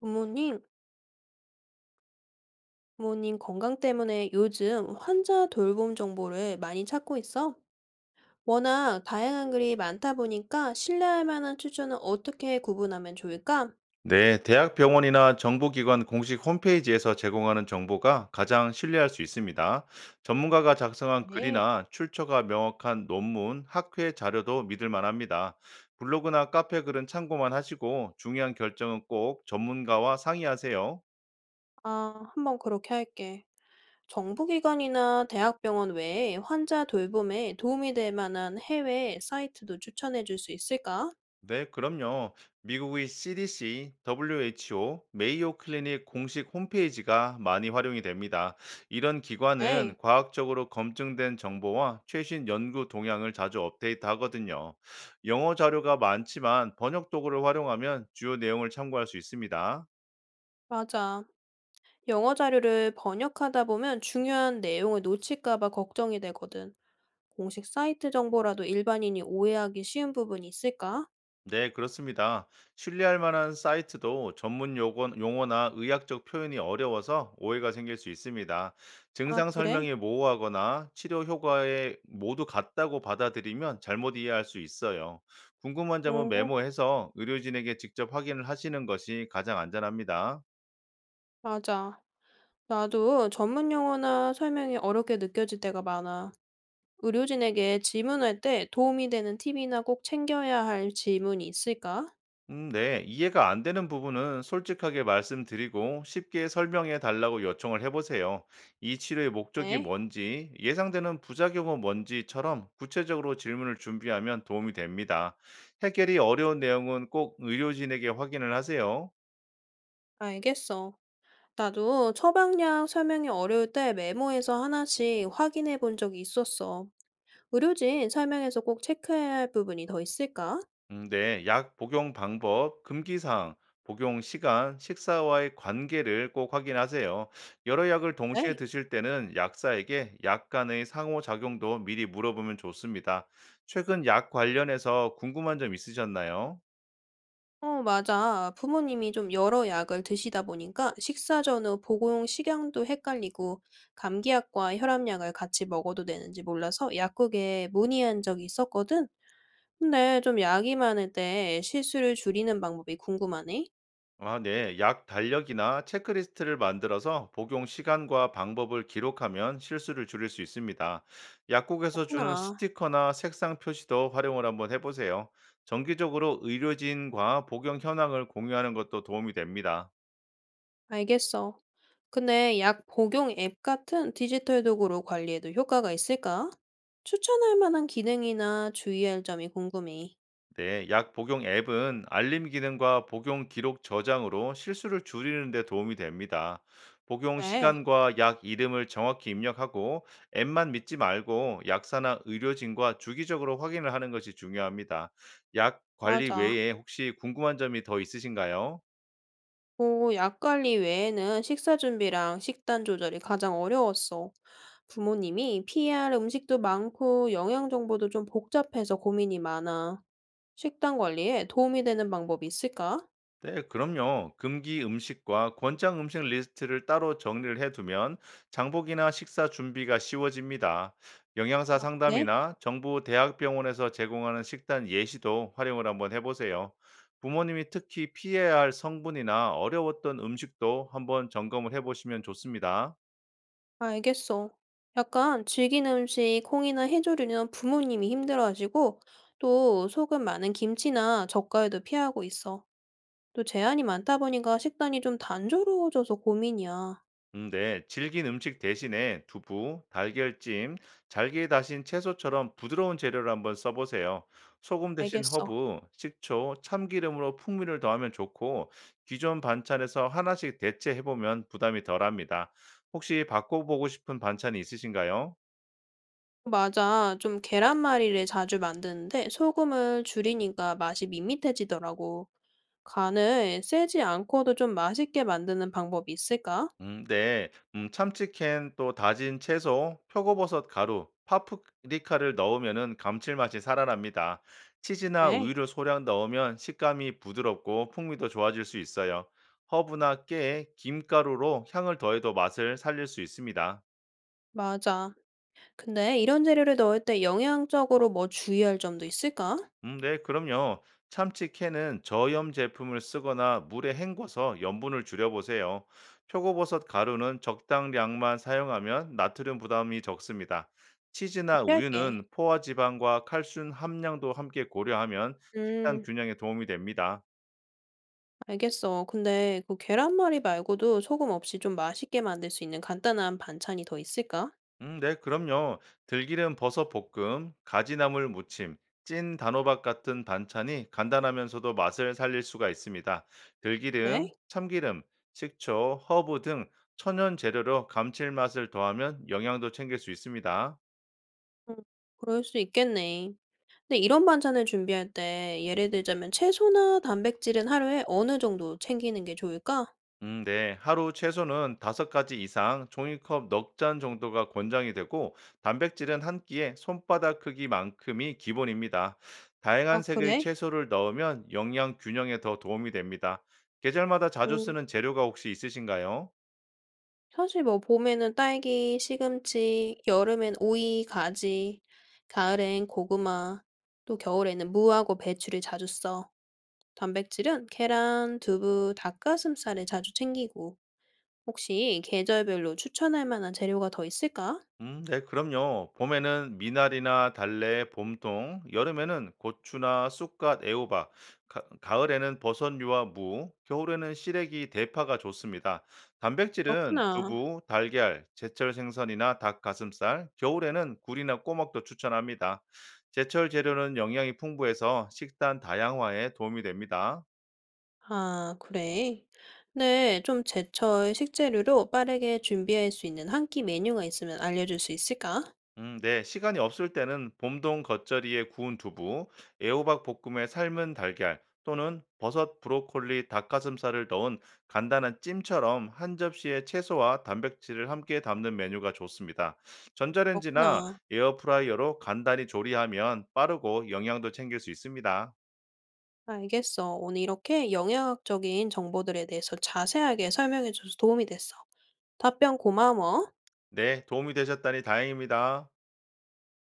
부모님, 부모님 건강 때문에 요즘 환자 돌봄 정보를 많이 찾고 있어. 워낙 다양한 글이 많다 보니까 신뢰할 만한 추천은 어떻게 구분하면 좋을까? 네, 대학 병원이나 정부기관 공식 홈페이지에서 제공하는 정보가 가장 신뢰할 수 있습니다. 전문가가 작성한 네. 글이나 출처가 명확한 논문, 학회 자료도 믿을 만합니다. 블로그나 카페 글은 참고만 하시고 중요한 결정은 꼭 전문가와 상의하세요. 아, 한번 그렇게 할게. 정부기관이나 대학병원 외에 환자 돌봄에 도움이 될 만한 해외 사이트도 추천해 줄 수 있을까? 네, 그럼요. 미국의 CDC, WHO, 메이오 클리닉 공식 홈페이지가 많이 활용이 됩니다. 이런 기관은 네, 과학적으로 검증된 정보와 최신 연구 동향을 자주 업데이트하거든요. 영어 자료가 많지만 번역 도구를 활용하면 주요 내용을 참고할 수 있습니다. 맞아. 영어 자료를 번역하다 보면 중요한 내용을 놓칠까 봐 걱정이 되거든. 공식 사이트 정보라도 일반인이 오해하기 쉬운 부분이 있을까? 네, 그렇습니다. 신뢰할 만한 사이트도 전문 용어, 용어나 의학적 표현이 어려워서 오해가 생길 수 있습니다. 아, 증상 그래? 설명이 모호하거나 치료 효과에 모두 같다고 받아들이면 잘못 이해할 수 있어요. 궁금한 점은 어, 메모해서 의료진에게 직접 확인을 하시는 것이 가장 안전합니다. 맞아. 나도 전문 용어나 설명이 어렵게 느껴질 때가 많아. 의료진에게 질문할 때 도움이 되는 팁이나 꼭 챙겨야 할 질문이 있을까? 네. 이해가 안 되는 부분은 솔직하게 말씀드리고 쉽게 설명해 달라고 요청을 해보세요. 이 치료의 목적이 네, 뭔지, 예상되는 부작용은 뭔지처럼 구체적으로 질문을 준비하면 도움이 됩니다. 해결이 어려운 내용은 꼭 의료진에게 확인을 하세요. 알겠어. 나도 처방약 설명이 어려울 때 메모해서 하나씩 확인해 본 적이 있었어. 의료진 설명에서 꼭 체크해야 할 부분이 더 있을까? 네, 약 복용 방법, 금기사항, 복용 시간, 식사와의 관계를 꼭 확인하세요. 여러 약을 동시에 네. 드실 때는 약사에게 약 간의 상호작용도 미리 물어보면 좋습니다. 최근 약 관련해서 궁금한 점 있으셨나요? 어, 맞아. 부모님이 좀 여러 약을 드시다 보니까 식사 전후 복용 식양도 헷갈리고 감기약과 혈압약을 같이 먹어도 되는지 몰라서 약국에 문의한 적이 있었거든. 근데 좀 약이 많을 때 실수를 줄이는 방법이 궁금하네. 아, 네. 약 달력이나 체크리스트를 만들어서 복용 시간과 방법을 기록하면 실수를 줄일 수 있습니다. 약국에서 주는 그렇구나. 스티커나 색상 표시도 활용을 한번 해보세요. 정기적으로 의료진과 복용 현황을 공유하는 것도 도움이 됩니다. 알겠어. 근데 약 복용 앱 같은 디지털 도구로 관리해도 효과가 있을까? 추천할 만한 기능이나 주의할 점이 궁금해. 네, 약 복용 앱은 알림 기능과 복용 기록 저장으로 실수를 줄이는 데 도움이 됩니다. 복용 그래, 시간과 약 이름을 정확히 입력하고 앱만 믿지 말고 약사나 의료진과 주기적으로 확인을 하는 것이 중요합니다. 약 관리 맞아. 외에 혹시 궁금한 점이 더 있으신가요? 오, 약 관리 외에는 식사 준비랑 식단 조절이 가장 어려웠어. 부모님이 피해야 할 음식도 많고 영양 정보도 좀 복잡해서 고민이 많아. 식단 관리에 도움이 되는 방법이 있을까? 네, 그럼요. 금기 음식과 권장 음식 리스트를 따로 정리를 해두면 장복이나 식사 준비가 쉬워집니다. 영양사 네, 상담이나 정부 대학병원에서 제공하는 식단 예시도 활용을 한번 해보세요. 부모님이 특히 피해야 할 성분이나 어려웠던 음식도 한번 점검을 해보시면 좋습니다. 알겠어. 약간 질긴 음식, 콩이나 해조류는 부모님이 힘들어하시고 또 소금 많은 김치나 젓갈도 피하고 있어. 또 제한이 많다 보니까 식단이 좀 단조로워져서 고민이야. 네, 질긴 음식 대신에 두부, 달걀찜, 잘게 다신 채소처럼 부드러운 재료를 한번 써보세요. 소금 대신 알겠어. 허브, 식초, 참기름으로 풍미를 더하면 좋고, 기존 반찬에서 하나씩 대체해보면 부담이 덜합니다. 혹시 바꿔보고 싶은 반찬이 있으신가요? 맞아. 좀 계란말이를 자주 만드는데 소금을 줄이니까 맛이 밋밋해지더라고. 간을 세지 않고도 좀 맛있게 만드는 방법이 있을까? 네. 참치캔 또 다진 채소, 표고버섯 가루, 파프리카를 넣으면은 감칠맛이 살아납니다. 치즈나 네, 우유를 소량 넣으면 식감이 부드럽고 풍미도 좋아질 수 있어요. 허브나 깨, 김가루로 향을 더해도 맛을 살릴 수 있습니다. 맞아. 근데 이런 재료를 넣을 때 영양적으로 뭐 주의할 점도 있을까? 네, 그럼요. 참치 캔은 저염 제품을 쓰거나 물에 헹궈서 염분을 줄여보세요. 표고버섯 가루는 적당량만 사용하면 나트륨 부담이 적습니다. 치즈나 피할게. 우유는 포화 지방과 칼슘 함량도 함께 고려하면 식단 음, 균형에 도움이 됩니다. 알겠어. 근데 그 계란말이 말고도 소금 없이 좀 맛있게 만들 수 있는 간단한 반찬이 더 있을까? 네, 그럼요. 들기름 버섯 볶음, 가지나물 무침, 찐 단호박 같은 반찬이 간단하면서도 맛을 살릴 수가 있습니다. 그래? 들기름, 참기름, 식초, 허브 등 천연 재료로 감칠맛을 더하면 영양도 챙길 수 있습니다. 음, 그럴 수 있겠네. 근데 이런 반찬을 준비할 때 예를 들자면 채소나 단백질은 하루에 어느 정도 챙기는 게 좋을까? 네. 하루 최소는 5가지 이상 종이컵 넉 잔 정도가 권장이 되고, 단백질은 한 끼에 손바닥 크기만큼이 기본입니다. 아 다양한 색의 그래? 채소를 넣으면 영양 균형에 더 도움이 됩니다. 계절마다 자주 음. 쓰는 재료가 혹시 있으신가요? 사실 뭐 봄에는 딸기, 시금치, 여름엔 오이, 가지, 가을엔 고구마, 또 겨울에는 무하고 배추를 자주 써. 단백질은 계란, 두부, 닭가슴살을 자주 챙기고. 혹시 계절별로 추천할 만한 재료가 더 있을까? 네, 그럼요. 봄에는 미나리나 달래, 봄동, 여름에는 고추나 쑥갓, 애호박, 가, 을에는 버섯류와 무, 겨울에는 시래기, 대파가 좋습니다. 단백질은 그렇구나. 두부, 달걀, 제철 생선이나 닭 가슴살, 겨울에는 굴이나 꼬막도 추천합니다. 제철 재료는 영양이 풍부해서 식단 다양화에 도움이 됩니다. 아, 그래. 네, 좀 제철 식재료로 빠르게 준비할 수 있는 한 끼 메뉴가 있으면 알려줄 수 있을까? 네. 시간이 없을 때는 봄동 겉절이에 구운 두부, 애호박 볶음에 삶은 달걀 또는 버섯, 브로콜리, 닭가슴살을 넣은 간단한 찜처럼 한 접시에 채소와 단백질을 함께 담는 메뉴가 좋습니다. 전자레인지나 그렇구나. 에어프라이어로 간단히 조리하면 빠르고 영양도 챙길 수 있습니다. 알겠어. 오늘 이렇게 영양학적인 정보들에 대해서 자세하게 설명해줘서 도움이 됐어. 답변 고마워. 네, 도움이 되셨다니 다행입니다.